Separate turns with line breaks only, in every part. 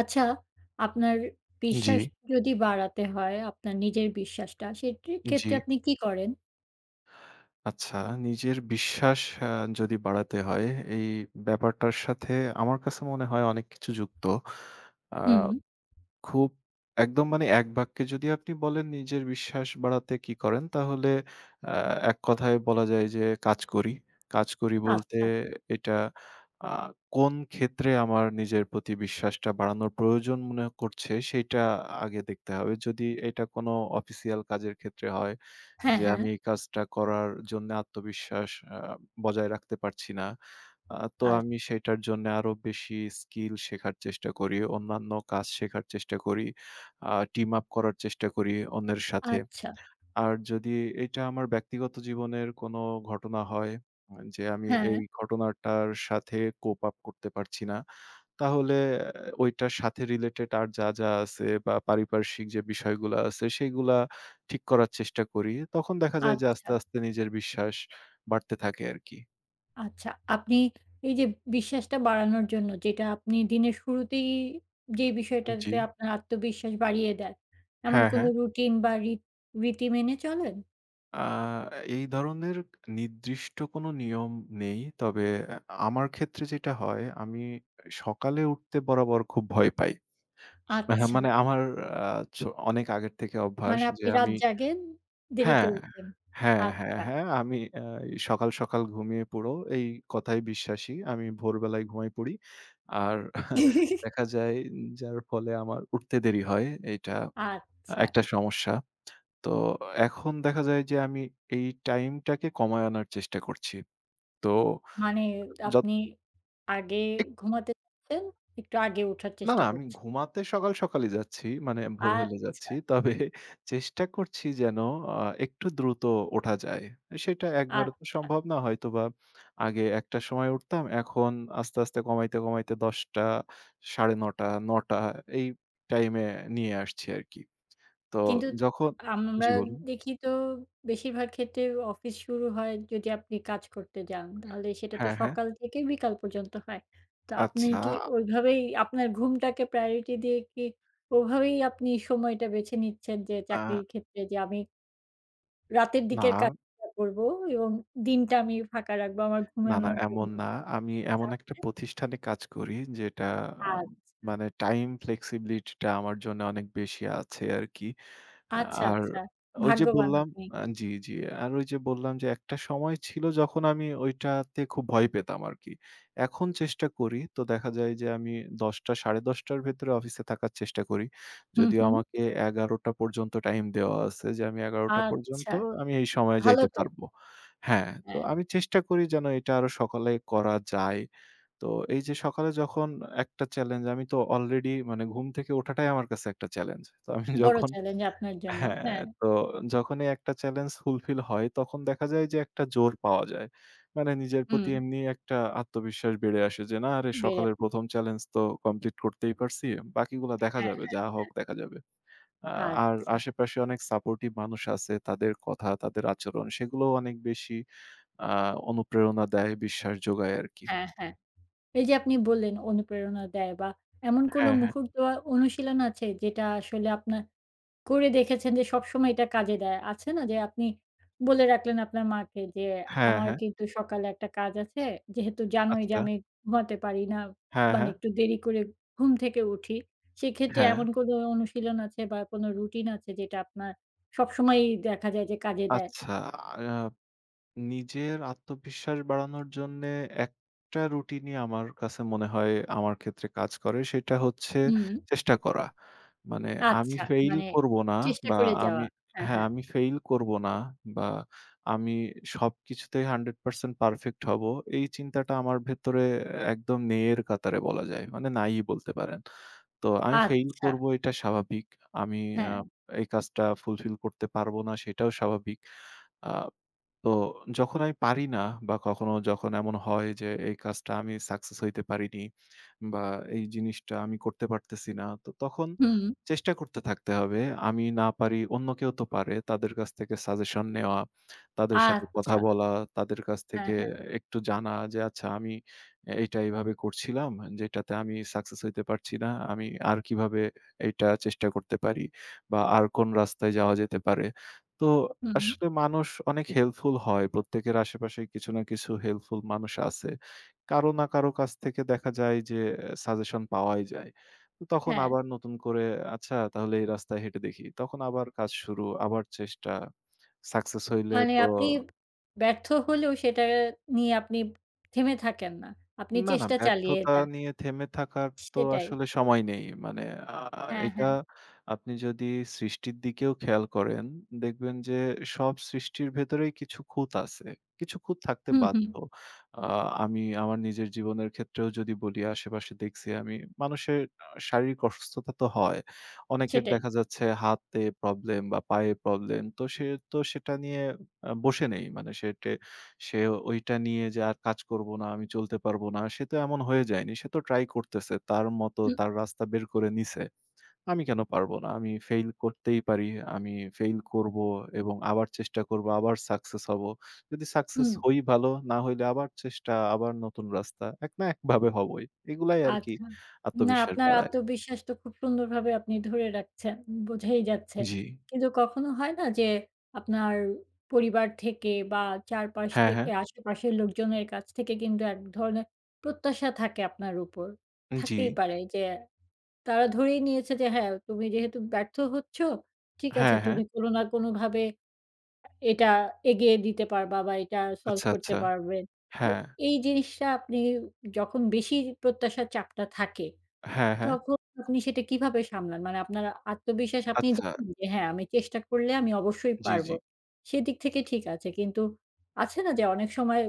আচ্ছা, আপনার
জি,
বিশ্বাস যদি বাড়াতে হয়, আপনার নিজের বিশ্বাসটা, সেটির
জি।
ক্ষেত্রে আপনি কি করেন?
আচ্ছা, নিজের বিশ্বাস আ যদি বাড়াতে হয়, এই ব্যাপারটার সাথে আমার কাছে মনে হয় অনেক কিছু যুক্ত। আ
হুম।
খুব একদম মানে এক বাক্যে যদি আপনি বলেন নিজের বিশ্বাস বাড়াতে কি করেন? তাহলে আ এক কথায় বলা যায় যে কাজ করি। কাজ করি বলতে
আচ্ছা।
এটা আ কোন ক্ষেত্রে আমার নিজের প্রতি বিশ্বাসটা বাড়ানোর প্রয়োজন মনে করছে সেইটা আগে দেখতে হবে। যদি এটা কোনো অফিসিয়াল কাজের ক্ষেত্রে হয়
হ্যাঁ,
যে
হ্যাঁ।
আমি এই কাজটা করার জন্য আত্মবিশ্বাস আ বজায় রাখতে পারছি না। তো
আ
আমি সেটার জন্য আরো বেশি স্কিল শেখার চেষ্টা করি। অন্যান্য কাজ শেখার চেষ্টা করি। টিম আপ করার চেষ্টা করি অন্যের সাথে।
আচ্ছা।
আর যদি এটা আমার ব্যক্তিগত জীবনের কোনো ঘটনা হয়, যে আমি
হ্যাঁ,
এই ঘটনাটার সাথে কোপ আপ করতে পারছি না, তাহলে অ্যা ওইটার সাথে রিলেটেড আর যা, যা আছে বা পারিপার্শ্বিক যে বিষয়গুলা আছে সেগুলা ঠিক করার চেষ্টা করি। তখন দেখা যায় যে
আচ্ছা,
আস্তে, আস্তে নিজের বিশ্বাস বাড়তে থাকে আরকি।
আচ্ছা। আপনি এই যে বিশ্বাসটা বাড়ানোর জন্য যেটা আপনি দিনের শুরুতেই যে
জি।
বিষয়টাতে আপনার আত্মবিশ্বাস বাড়িয়ে দেয়, এমন
হ্যাঁ,
কোনো
হ্যাঁ।
রুটিন বা রীতি মেনে চলেন?
আ এই ধরনের নির্দিষ্ট কোনো নিয়ম নেই। তবে আ আমার ক্ষেত্রে যেটা হয়, আমি সকালে উঠতে বরাবর খুব ভয় পাই। হ্যাঁ,
আচ্ছা।
মানে আমার আ ছ অনেক আগের থেকে অভ্যাস
মানে
যে
আপনি রাত
আমি
জাগেন, দেরিতে
হ্যাঁ,
উঠেন।
হ্যাঁ, হ্যাঁ,
আচ্ছা,
হ্যাঁ, আমি সকাল, সকাল ঘুমিয়ে পড়ো এই কথায় বিশ্বাসী। আমি ভোরবেলায় ঘুমাই পড়ি। আর দেখা যায় যার ফলে আমার উঠতে দেরি হয়। এইটা
আচ্ছা।
একটা সমস্যা। তো এখন দেখা যায় যে আমি এই টাইমটাকে কমায় আনার চেষ্টা করছি। তো
মানে
যত
আপনি আগে
এক
ঘুমাতে যাচ্ছেন, একটু আগে ওঠার
না,
চেষ্টা
না, আমি
করছেন।
ঘুমাতে সকাল সকালই যাচ্ছি। মানে ভোর
আর
হইলে যাচ্ছি। তবে চেষ্টা করছি যেন একটু দ্রুত ওঠা যায়। সেটা একবারে তো
আচ্ছা।
সম্ভব না। হয়তোবা আগে ১ টার সময় উঠতাম। এখন আস্তে, আস্তে কমাইতে, কমাইতে ১০ টা, ৯:৩০, ০৯ এই টাইমে নিয়ে আসছি আরকি। তো
কিন্তু
যখন
আমরা
জি, বলুন।
দেখি তো বেশিরভাগ ক্ষেত্রে অফিস শুরু হয় যদি আপনি কাজ করতে যান, তাহলে সেটা তো
হ্যাঁ, হ্যাঁ।
সকাল থেকে বিকাল পর্যন্ত হয়। তো আপনি
আচ্ছা,
কি ওইভাবেই আপনার ঘুমটাকে প্রায়োরিটি দিয়ে কি ওভাবেই আপনি সময়টা বেছে নিচ্ছেন যে
আ
চাকরির ক্ষেত্রে যে আমি রাতের দিকের
না,
কাজটা করব এবং দিনটা আমি ফাঁকা রাখবো আমার
না, না,
ঘুমানোর জন্য?
এমন না। আমি এমন একটা
তাহলে
প্রতিষ্ঠানে কাজ করি যেটা আম
আচ্ছা।
মানে টাইম ফ্লেক্সিবিলিটি টা আমার জন্য অনেক বেশি আছে আরকি।
আচ্ছা,
আর
আচ্ছা।
ওই যে
ভাগ্যবান
বললাম
আপনি।
জি, জি। আর ওই যে বললাম যে একটা সময় ছিল যখন আমি ওইটাতে খুব ভয় পেতাম আরকি। এখন চেষ্টা করি তো দেখা যায় যে আমি ১০ঃ০০ ১০ঃ৩০ র ভেতরে অফিসে থাকার চেষ্টা করি।
হুম,
যদিও
হুম।
আমাকে ১১ঃ০০ পর্যন্ত টাইম দেওয়া আছে যে আমি ১১ঃ০০ পর্যন্ত
আচ্ছা।
আমি এই সময়ে
ভালো
যাইতে
তো।
পারবো। হ্যাঁ, তো
হ্যাঁ।
আমি চেষ্টা করি যেন এটা আরো সকালে করা যায়। তো এই যে সকালে যখন একটা চ্যালেঞ্জ, আমি তো অলরেডি মানে ঘুম থেকে ওঠাটাই আমার কাছে একটা চ্যালেঞ্জ। তো আমি
বড়
যখন
চ্যালেঞ্জ আপনার জন্য।
হ্যাঁ,
হ্যাঁ।
তো যখনই একটা চ্যালেঞ্জ ফুলফিল হয় তখন দেখা যায় যে একটা জোর পাওয়া যায়। মানে নিজের প্রতি
হুম।
এমনি একটা আত্মবিশ্বাস বেড়ে আসে যে না আরে
বেড়ে
সকালের ১ম চ্যালেঞ্জ তো কমপ্লিট করতেই পারছি। বাকিগুলা দেখা
হ্যাঁ।
যাবে, যা হোক দেখা যাবে। আ
আর
আর আশেপাশে অনেক সাপোর্টিভ মানুষ আছে। তাদের কথা, তাদের আচরণ সেগুলোও অনেক বেশি আ অনুপ্রেরণা দেয়, বিশ্বাস যোগায় আরকি।
হ্যাঁ, হ্যাঁ। এই যে আপনি বললেন অনুপ্রেরণা দেয় বা এমন কোন
হ্যাঁ, হ্যাঁ।
মুহূর্ত বা অনুশীলন আছে যেটা আসলে আপনার করে দেখেছেন যে সবসময় এটা কাজে দেয়। আছে না যে আপনি বলে রাখলেন আপনার মাকে যে,
হ্যাঁ,
"আমার
হ্যাঁ।
কিন্তু সকালে একটা কাজ আছে। যেহেতু জানোই যে
আচ্ছা।
আমি ঘুমাতে পারি না,
হ্যাঁ,
মানে
হ্যাঁ।
একটু দেরি করে ঘুম থেকে উঠি। সেক্ষেত্রে
হ্যাঁ।
এমন কোনো অনুশীলন আছে বা কোনো রুটিন আছে যেটা আপনার সবসময়ই দেখা যায় যে কাজে দেয়?"
আচ্ছা। আ নিজের আত্মবিশ্বাস বাড়ানোর জন্যে একটা রুটিনই আমার কাছে মনে হয় আমার ক্ষেত্রে কাজ করে। সেটা হচ্ছে
হুম,
চেষ্টা করা। মানে আমি
আচ্ছা।
ফেইল
মানে
করব না
চেষ্টা
বা
করে
আমি
যাওয়া। হ্যাঁ,
হ্যাঁ,
হ্যাঁ।
আমি ফেইল করব না বা আমি সবকিছুতেই 100% পারফেক্ট হব। এই চিন্তাটা আমার ভেতরে একদম নেই এর কাতারে বলা যায়। মানে নাই বলতে পারেন। তো আমি ফেইল
আচ্ছা।
করব এটা স্বাভাবিক। আমি আ
হ্যাঁ।
এই কাজটা ফুলফিল করতে পারব না সেটাও স্বাভাবিক। আ তো যখন আমি পারি না বা কখনো যখন এমন হয় যে এই কাজটা আমি সাকসেস হইতে পারিনি বা এই জিনিসটা আমি করতে পারতেছি না, তো তখন
হুম।
চেষ্টা করতে থাকতে হবে। আমি না পারি অন্য কেউ তো পারে, তাদের কাছ থেকে সাজেশন নেওয়া, তাদের সাথে কথা
আচ্ছা।
বলা, তাদের কাছ
হ্যাঁ,
থেকে
হ্যাঁ।
একটু জানা যে আচ্ছা, আমি এটা এইভাবে করছিলাম যেটাতে আমি সাকসেস হইতে পারছি না, আমি আর কিভাবে এটা চেষ্টা করতে পারি বা আর কোন রাস্তায় যাওয়া যেতে পারে। তো
হুম,
আসলে মানুষ অনেক হেল্পফুল হয়। প্রত্যেকের আশেপাশে কিছু না কিছু হেল্পফুল মানুষ আছে। কারো না কারো কাছ থেকে দেখা যায় যে সাজেশন পাওয়াই যায়। তো তখন
হ্যাঁ।
আবার নতুন করে আচ্ছা, তাহলে এই রাস্তায় হেঁটে দেখি। তখন আবার কাজ শুরু, আবার চেষ্টা। সাকসেস হইলে
মানে
তো
আপনি ব্যর্থ হলেও সেটা নিয়ে আপনি থেমে থাকেন না। আপনি
না, না,
চেষ্টা চালিয়ে
ব্যর্থতা
যান।
নিয়ে থেমে থাকার তো
সেটাই।
আসলে সময় নেই। মানে আ
হ্যাঁ,
এটা
হ্যাঁ।
আপনি যদি সৃষ্টির দিকেও খেয়াল করেন, দেখবেন যে সব সৃষ্টির ভেতরেই কিছু খুঁত আছে। কিছু খুঁত থাকতে
হুম, হুম।
বাধ্য। আ আমি আমার নিজের জীবনের ক্ষেত্রেও যদি বলি আশেপাশে দেখছি আমি মানুষের শারীরিক অসুস্থতা তো হয়। অনেকের
সেটাই।
দেখা যাচ্ছে হাতে প্রবলেম বা পায়ে প্রবলেম। তো সে তো সেটা নিয়ে বসে নেই। মানে সে ওইটা নিয়ে যে আর কাজ করব না, আমি চলতে পারবো না, সে তো এমন হয়ে যায়নি। সে তো ট্রাই করতেছে। তার মতো
হুম,
তার রাস্তা বের করে নিছে। আমি কেন পারবো না? আমি ফেইল করতেই পারি। আমি ফেইল করব এবং আবার চেষ্টা করব, আবার সাকসেস হব। যদি সাকসেস
হুম।
হই ভালো, না হইলে আবার চেষ্টা, আবার নতুন রাস্তা। এক না একভাবে হবই। এগুলাই আরকি
আচ্ছা। না
আত্মবিশ্বাস
আপনার
বাড়ায়।
আত্মবিশ্বাস তো খুব সুন্দরভাবে আপনি ধরে রাখছেন। বোঝাই যাচ্ছে।
জি।
কিন্তু কখনো হয় না যে আপনার পরিবার থেকে বা চারপাশ
হ্যাঁ,
থেকে
হ্যাঁ।
আশেপাশের লোকজনের কাছ থেকে কিন্তু এক ধরনের প্রত্যাশা থাকে আপনার উপর।
জি।
থাকতেই পারে যে তারা ধরেই নিয়েছে যে হ্যাঁ, তুমি যেহেতু ব্যর্থ হচ্ছ, ঠিক আছে
হ্যাঁ, হ্যাঁ।
তুমি কোনো না কোনোভাবে এটা এগিয়ে দিতে পারবা বা এটা সলভ
আচ্ছা,
করতে
আচ্ছা।
পারবে। তো
হ্যাঁ।
এই জিনিসটা আপনি যখন বেশি প্রত্যাশার চাপটা থাকে,
হ্যাঁ, হ্যাঁ।
তখন আপনি সেটা কিভাবে সামলান? মানে আপনার আত্মবিশ্বাস আপনি
আচ্ছা।
জানেন যে হ্যাঁ, আমি চেষ্টা করলে আমি অবশ্যই
জি,
পারবো।
জি।
সেদিক থেকে ঠিক আছে। কিন্তু আছে না যে অনেক সময়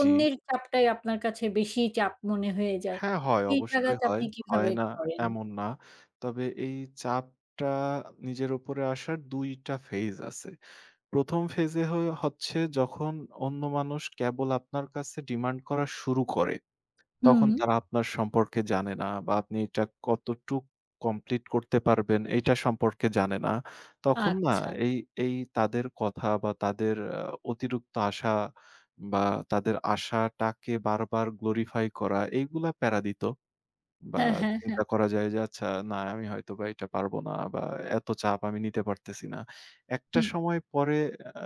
জি।
অন্যের চাপটাই আপনার কাছে বেশি চাপ মনে হয়ে যায়।
হ্যাঁ, হয়।
এই
অবশ্যই
জায়গাতে
হয়।
আপনি কিভাবে
হয় না
করেন?
এমন না। তবে এই চাপটা নিজের উপরে আসার ২ টা ফেজ আছে। ১ম ফেজে হচ্ছে যখন অন্য মানুষ কেবল আপনার কাছে ডিমান্ড করা শুরু করে,
হুম।
তখন তারা আপনার সম্পর্কে জানে না বা আপনি এটা কতটুক কমপ্লিট করতে পারবেন এইটা সম্পর্কে জানে না। তখন না
আচ্ছা।
এই, এই তাদের কথা বা তাদের অতিরিক্ত আশা বা তাদের আশাটাকে বারবার গ্লোরিফাই করা এইগুলা প্যারা দিত। বা
হ্যাঁ, হ্যাঁ, হ্যাঁ।
চিন্তা করা যায় যে আচ্ছা, না আমি হয়তোবা এটা পারবো না বা এত চাপ আমি নিতে পারতেছি না। একটা
হুম,
সময় পরে আ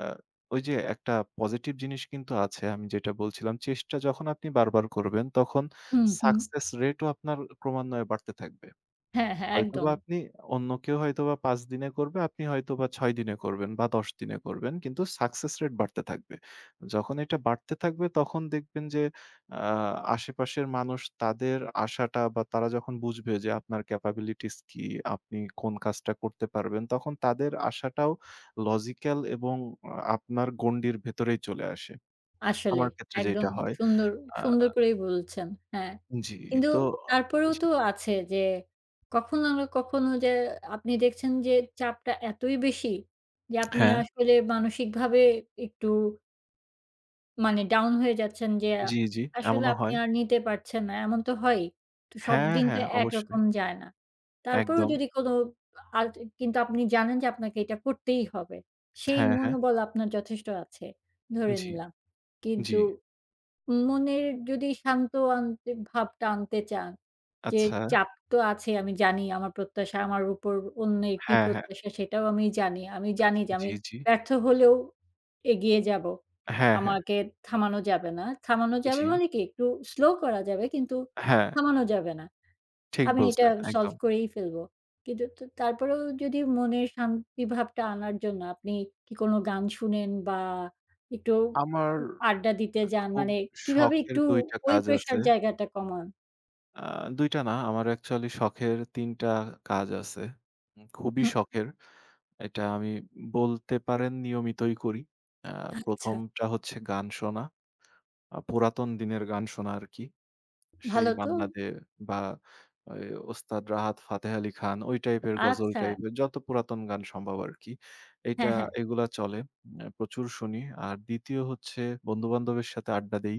ওই যে একটা পজিটিভ জিনিস কিন্তু আছে আমি যেটা বলছিলাম চেষ্টা যখন আপনি বারবার করবেন তখন
হুম, হুম।
সাকসেস রেটও আপনার ক্রমান্বয়ে বাড়তে থাকবে।
হ্যাঁ, হ্যাঁ,
হয়তোবা
একদম।
আপনি অন্য কেউ হয়তোবা ৫ দিনে করবে, আপনি হয়তোবা ৬ দিনে করবেন বা ১০ দিনে করবেন। কিন্তু সাকসেস রেট বাড়তে থাকবে। যখন এটা বাড়তে থাকবে তখন দেখবেন যে আ আশেপাশের মানুষ তাদের আশাটা বা তারা যখন বুঝবে যে আপনার ক্যাপাবিলিটিস কি, আপনি কোন কাজটা করতে পারবেন, তখন তাদের আশাটাও লজিক্যাল এবং আপনার গণ্ডির ভেতরেই চলে আসে।
আসলেই।
আমার ক্ষেত্রে
একদম
যেইটা হয়।
সুন্দর,
আ
সুন্দর করেই বলছেন। হ্যাঁ।
জি,
কিন্তু
তো
তারপরেও
জি।
তো আছে যে কখনো না কখনো যে আপনি দেখছেন যে চাপটা এতই বেশি যে আপনি
হ্যাঁ,
আসলে মানসিকভাবে একটু মানে ডাউন হয়ে যাচ্ছেন যে
জি, জি,
আসলে
এমনও
আপনি
হয়।
আর নিতে পারছেন না। এমন তো হয়ই। তো সব
হ্যাঁ,
দিন তো
হ্যাঁ, অবশ্যই।
একরকম যায় না। তারপরেও
একদম।
যদি কোনো আর কিন্তু আপনি জানেন যে আপনাকে এটা করতেই হবে। সেই
হ্যাঁ, হ্যাঁ।
মনোবল আপনার যথেষ্ট আছে, ধরে
জি,
নিলাম।
জি।
কিন্তু মনের যদি শান্ত আনতে ভাবটা আনতে চান যে
আচ্ছা।
চাপ তো আছে আমি জানি আমার প্রত্যাশা আমার উপর অন্যের কি
হ্যাঁ, হ্যাঁ।
প্রত্যাশা সেটাও আমি জানি। আমি জানি যে
জি,
আমি
জি।
ব্যর্থ হলেও এগিয়ে যাবো।
হ্যাঁ, হ্যাঁ।
আমাকে থামানো যাবে না। থামানো যাবে
জি।
মানে কি একটু স্লো করা যাবে কিন্তু
হ্যাঁ,
থামানো যাবে না।
ঠিক
আমি এটা
বলছেন।
সলভ
একদম।
করেই ফেলবো। কিন্তু তারপরেও যদি মনের শান্তি ভাবটা আনার জন্য আপনি কি কোনো গান শুনেন বা একটু
আমার
আড্ডা দিতে যান
খুব
মানে কিভাবে
শখের
একটু
২ টা
ওই
কাজ
প্রেশার
আছে।
জায়গাটা কমান?
আ ২ টা না, আমার অ্যাকচুয়ালি শখের ৩ টা কাজ আছে। খুবই
হু,
শখের। এটা আমি বলতে পারেন নিয়মিতই করি। আ
আচ্ছা।
১ম টা হচ্ছে গান শোনা। পুরাতন দিনের গান শোনা আরকি। সেই
ভালো তো?
মান্না দে বা ওই ওস্তাদ রাহাত ফাতেহ আলী খান ওই টাইপের গজল
আচ্ছা।
টাইপের যত পুরাতন গান সম্ভব আরকি। এইটা
হ্যাঁ, হ্যাঁ।
এগুলা চলে। প্রচুর শুনি। আর ২য় হচ্ছে বন্ধু-বান্ধবের সাথে আড্ডা দেই।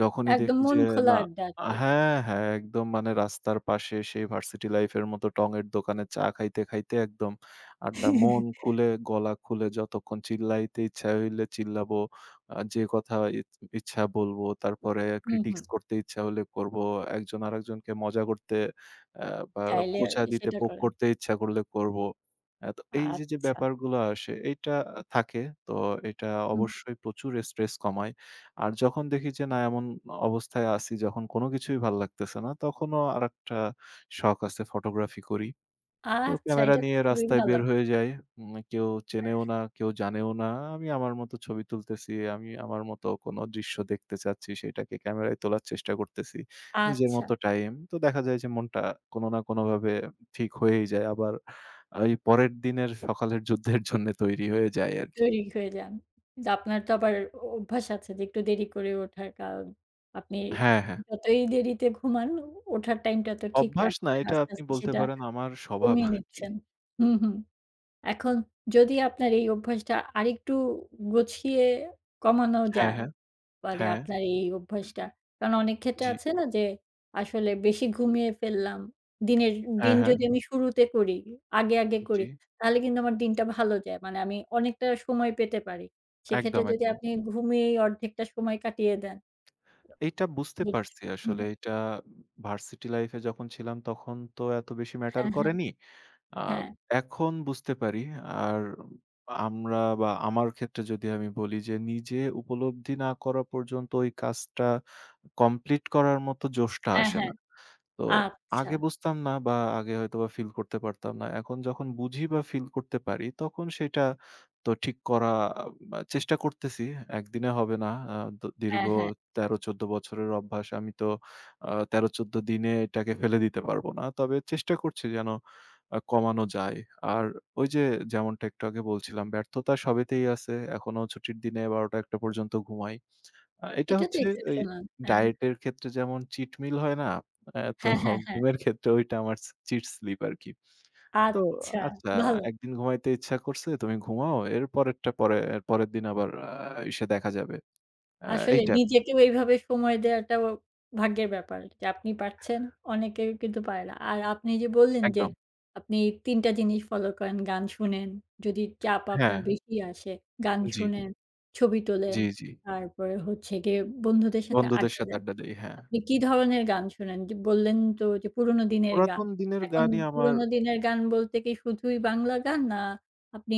যখনই
একদম
দেখি
মন
যে
খোলা
না
আড্ডা আরকি।
হ্যাঁ, হ্যাঁ, একদম মানে রাস্তার পাশে সেই ভার্সিটি লাইফের মতো টঙের দোকানে চা খাইতে, খাইতে একদম আড্ডা মন খুলে, গলা খুলে যতক্ষণ চিল্লাইতে ইচ্ছা হইলে চিল্লাবো। যে কথা ইচ্ছা বলবো, তারপরে
হুম, হুম।
ক্রিটিক্স করতে ইচ্ছা হলে করব। একজন আরেকজনকে মজা করতে আ বা
চাইলে
খোঁচা দিতে,
সেটা
পোক
করেন।
করতে ইচ্ছা করলে করব। তো এই যে, যে
আচ্ছা।
ব্যাপারগুলো আসে এইটা থাকে। তো এটা
হুম।
অবশ্যই প্রচুর স্ট্রেস কমায়। আর যখন দেখি যে না এমন অবস্থায় আছি যখন কোনো কিছুই ভাল লাগতেছে না, তখনও আরেকটা শখ আছে, ফটোগ্রাফি করি। তো
আচ্ছা,
ক্যামেরা
এটা তো
নিয়ে
খুবই
রাস্তায়
ভালো।
বের হয়ে যাই। কেউ চেনেও না, কেউ জানেও না। আমি আমার মতো ছবি তুলতেছি। আমি আমার মতো কোনো দৃশ্য দেখতে চাচ্ছি, সেটাকে ক্যামেরায় তোলার চেষ্টা করতেছি। নিজের
আচ্ছা,
মতো টাইম। তো দেখা যায় যে মনটা কোনো না কোনোভাবে ঠিক হয়েই যায়। আবার এই পরের দিনের সকালের যুদ্ধের জন্য তৈরি হয়ে যায় আরকি।
তৈরি হয়ে যান। কিন্তু আপনার তো আবার অভ্যাস আছে যে একটু দেরি করে ওঠার কারণ আপনি
হ্যাঁ, হ্যাঁ।
যতই দেরিতে ঘুমান ওঠার টাইমটা তো ঠিক
অভ্যাস না,
রাখছেন।
এটা
আস্তে,
আপনি
আস্তে
বলতে
সেটা
পারেন আমার স্বভাব
কমিয়ে
আরকি।
নিচ্ছেন। হুম, হুম। এখন যদি আপনার এই অভ্যাসটা আরেকটু গুছিয়ে কমানো
হ্যাঁ,
যায়
হ্যাঁ।
মানে
হ্যাঁ,
আপনার এই অভ্যাসটা। কারণ অনেক ক্ষেত্রে
জি।
আছে না যে আসলে বেশি ঘুমিয়ে ফেললাম। দিনের দিন
হ্যাঁ, হ্যাঁ।
যদি আমি শুরুতে করি, আগে, আগে
জি।
করি তাহলে কিন্তু আমার দিনটা ভালো যায়। মানে আমি অনেকটা সময় পেতে পারি। সেক্ষেত্রে
একদম,
যদি
একদম।
আপনি ঘুমিয়েই অর্ধেকটা সময় কাটিয়ে দেন।
এইটা বুঝতে
বুঝ
পারছি
হুম,
আসলে এটা ভার্সিটি লাইফ এ যখন ছিলাম তখন তো এত বেশি ম্যাটার
হ্যাঁ, হ্যাঁ,
করেনি। আ
হ্যাঁ,
এখন বুঝতে পারি। আর আমরা বা আমার ক্ষেত্রে যদি আমি বলি যে নিজে উপলব্ধি না করা পর্যন্ত ওই কাজটা কমপ্লিট করার মতো জোশটা
হ্যাঁ,
আসে
হ্যাঁ।
না। তো
আচ্ছা।
আগে বুঝতাম না বা আগে হয়তোবা ফিল করতে পারতাম না। এখন যখন বুঝি বা ফিল করতে পারি তখন সেটা তো ঠিক করা চেষ্টা করতেছি। একদিনে হবে না। আ দ দীর্ঘ
হ্যাঁ, হ্যাঁ।
১৩-১৪ বছরের অভ্যাস। আমি তো ১৩-১৪ দিনে এটাকে ফেলে দিতে পারবো না। তবে চেষ্টা করছি যেন কমানো যায়। আর ওই যে যেমনটা একটু আগে বলছিলাম ব্যর্থতা সবেতেই আছে। এখনো ছুটির দিনে ১২ঃ০০-১ঃ০০ পর্যন্ত ঘুমাই। এটা
এটা তো
হচ্ছে এই
এক্সেপশনাল। হ্যাঁ।
ডায়েটের ক্ষেত্রে যেমন চিট মিল হয় না? তো
হ্যাঁ, হ্যাঁ, হ্যাঁ।
ঘুমের ক্ষেত্রে ওইটা আমার চিট স্লিপ আরকি। তো
আচ্ছা,
আচ্ছা,
ভালো।
একদিন ঘুমাইতে ইচ্ছা করছে, তুমি ঘুমাও। এর পরেরটা পরে এর পরের দিন আবার আ ইসে দেখা যাবে। আ
আসলে
এইটা
নিজেকেও এইভাবে সময় দেওয়াটাও ভাগ্যের ব্যাপার। যে আপনি পারছেন, অনেকে কিন্তু পারে না। আর আপনি যে বললেন যে
একদম।
আপনি ৩ টা জিনিস ফলো করেন, গান শুনেন, যদি চাপ
হ্যাঁ।
আপনার বেশি আসে, গান
জি,
শুনেন, ছবি তোলেন,
জি, জি।
তারপরে হচ্ছে গিয়ে বন্ধুদের সাথে
বন্ধুদের
আড্ডা
সাথে
দেন।
আড্ডা দেই। হ্যাঁ।
আপনি কি ধরনের গান শোনেন? যে বললেন তো যে পুরোনো দিনের গান।
পুরাতন দিনের
এখন
গানই আমার
পুরোনো দিনের গান বলতে কি শুধুই বাংলা গান না আপনি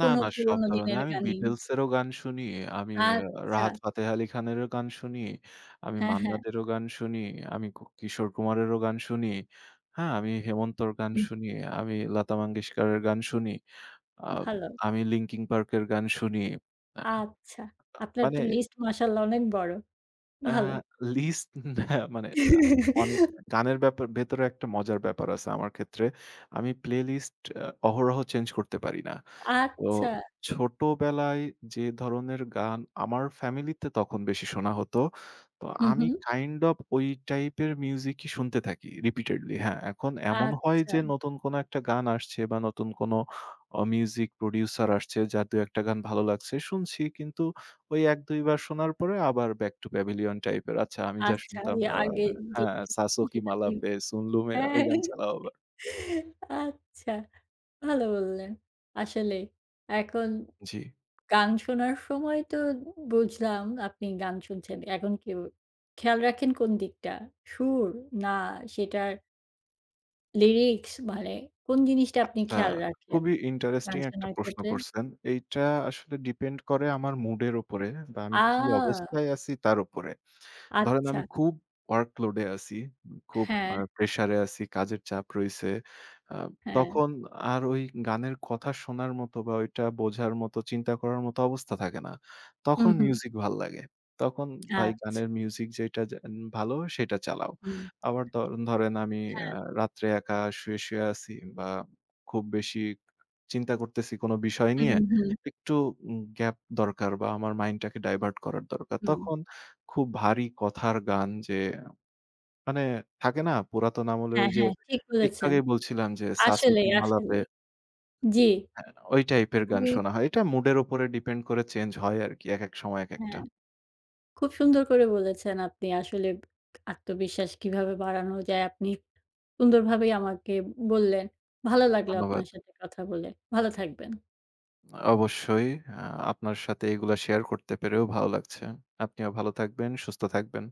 না, না সব
পুরোনো
ধরনের।
দিনের
আমি
গানই?
বিটলস এরও গান শুনি, আমি
আচ্ছা।
রাহাত ফাতেহ আলী খানেরও গান শুনি, আমি
হ্যাঁ,
মান্না
হ্যাঁ।
দেরও গান শুনি, আমি কিশোর কুমারেরও গান শুনি। হ্যাঁ, আমি হেমন্তর গান শুনি, আমি লতা মঙ্গেশকরের গান শুনি, আ
ভালো।
আমি লিঙ্কিন পার্কের গান শুনি। আ
আচ্ছা। আপনার
মানে
তো লিস্ট মাশাআল্লাহ অনেক বড়।
আ
ভালো।
লিস্ট মানে অনেক গানের ব্যাপার ভেতরে একটা মজার ব্যাপার আছে আমার ক্ষেত্রে। আমি প্লেলিস্ট অহরহ চেঞ্জ করতে পারি না। তো
আচ্ছা।
ছোটবেলায় যে ধরনের গান আমার ফ্যামিলিতে তখন বেশি শোনা হতো। তো
হুম,
আমি
হুম।
কাইন্ড অফ ওই টাইপের মিউজিকই শুনতে থাকি রিপিটেডলি। হ্যাঁ, এখন এমন হয়
আচ্ছা,
যে নতুন কোনো একটা গান আসছে বা নতুন কোনো মিউজিক প্রোডিউসার আসছে যার ২ ১ টা গান ভালো লাগছে শুনছি। কিন্তু ওই ১-২ বার শোনার পরে আবার ব্যাক টু প্যাভিলিয়ন টাইপের। আচ্ছা, আমি যা
আচ্ছা।
শুনতাম
এ
আবার
আগে যেটা
হ্যাঁ,
শুনতেন
'সাসো কি
সেটাতেই
মালাপে', 'সুন লুমে' ওই
হ্যাঁ।
গান চালাও আবার।
আচ্ছা, ভালো বললেন। আসলে এখন
জি।
গান শোনার সময় তো বুঝলাম আপনি গান শুনছেন। এখন কি খেয়াল রাখেন কোন দিকটা? সুর না সেটার লিরিক্স মানে কোন জিনিসটা আপনি
আচ্ছা,
খেয়াল রাখেন
খুবই
গান
ইন্টারেস্টিং একটা
শোনার
প্রশ্ন
ক্ষেত্রে?
করছেন। এইটা আসলে ডিপেন্ড করে আমার মুড এর উপরে বা আমি কি
আ
অবস্থায় আছি তার উপরে। ধরেন
আচ্ছা।
আমি খুব ওয়ার্কলোড এ আছি। খুব
হ্যাঁ,
প্রেশার এ আছি, কাজের চাপ রইছে। আ
হ্যাঁ।
তখন আর ওই গানের কথা শোনার মতো বা ওইটা বোঝার মতো, চিন্তা করার মতো অবস্থা থাকে না।
হুম,
তখন
হুম।
মিউজিক ভাল লাগে। তখন ভাই
আচ্ছা।
গানের মিউজিক যেটা যা ভালো সেটা চালাও।
হুম।
আবার ধরেন আমি আ রাত্রে একা শুয়ে, শুয়ে আছি বা খুব বেশি চিন্তা করতেছি কোন বিষয় নিয়ে।
হুম, হুম,
একটু গ্যাপ দরকার বা আমার মাইন্ডটাকে ডাইভার্ট করার দরকার।
হুম।
তখন খুব ভারী কথার গান যে মানে থাকে না পুরাতন আমলের
হ্যাঁ,
ওই যে
হ্যাঁ, ঠিক
একটু
বলেছেন।
আগেই বলছিলাম যে সাসে কি
আসলেই,
মালাপে
আসলেই। জি,
হ্যাঁ, ওই টাইপের গান
খুবই
শোনা হয়। এটা মুডের উপরে ডিপেন্ড করে চেঞ্জ হয় আরকি একেক সময় একেকটা।
হ্যাঁ, খুব সুন্দর করে বলেছেন আপনি। আসলে আত্মবিশ্বাস কিভাবে বাড়ানো যায় আপনি সুন্দরভাবেই আমাকে বললেন। ভালো লাগলো আপনার
ধন্যবাদ।
সাথে কথা বলে। ভালো থাকবেন।
অবশ্যই আ আপনার সাথে এগুলা শেয়ার করতে পেরেও ভালো লাগছে। আপনিও ভালো থাকবেন, সুস্থ থাকবেন।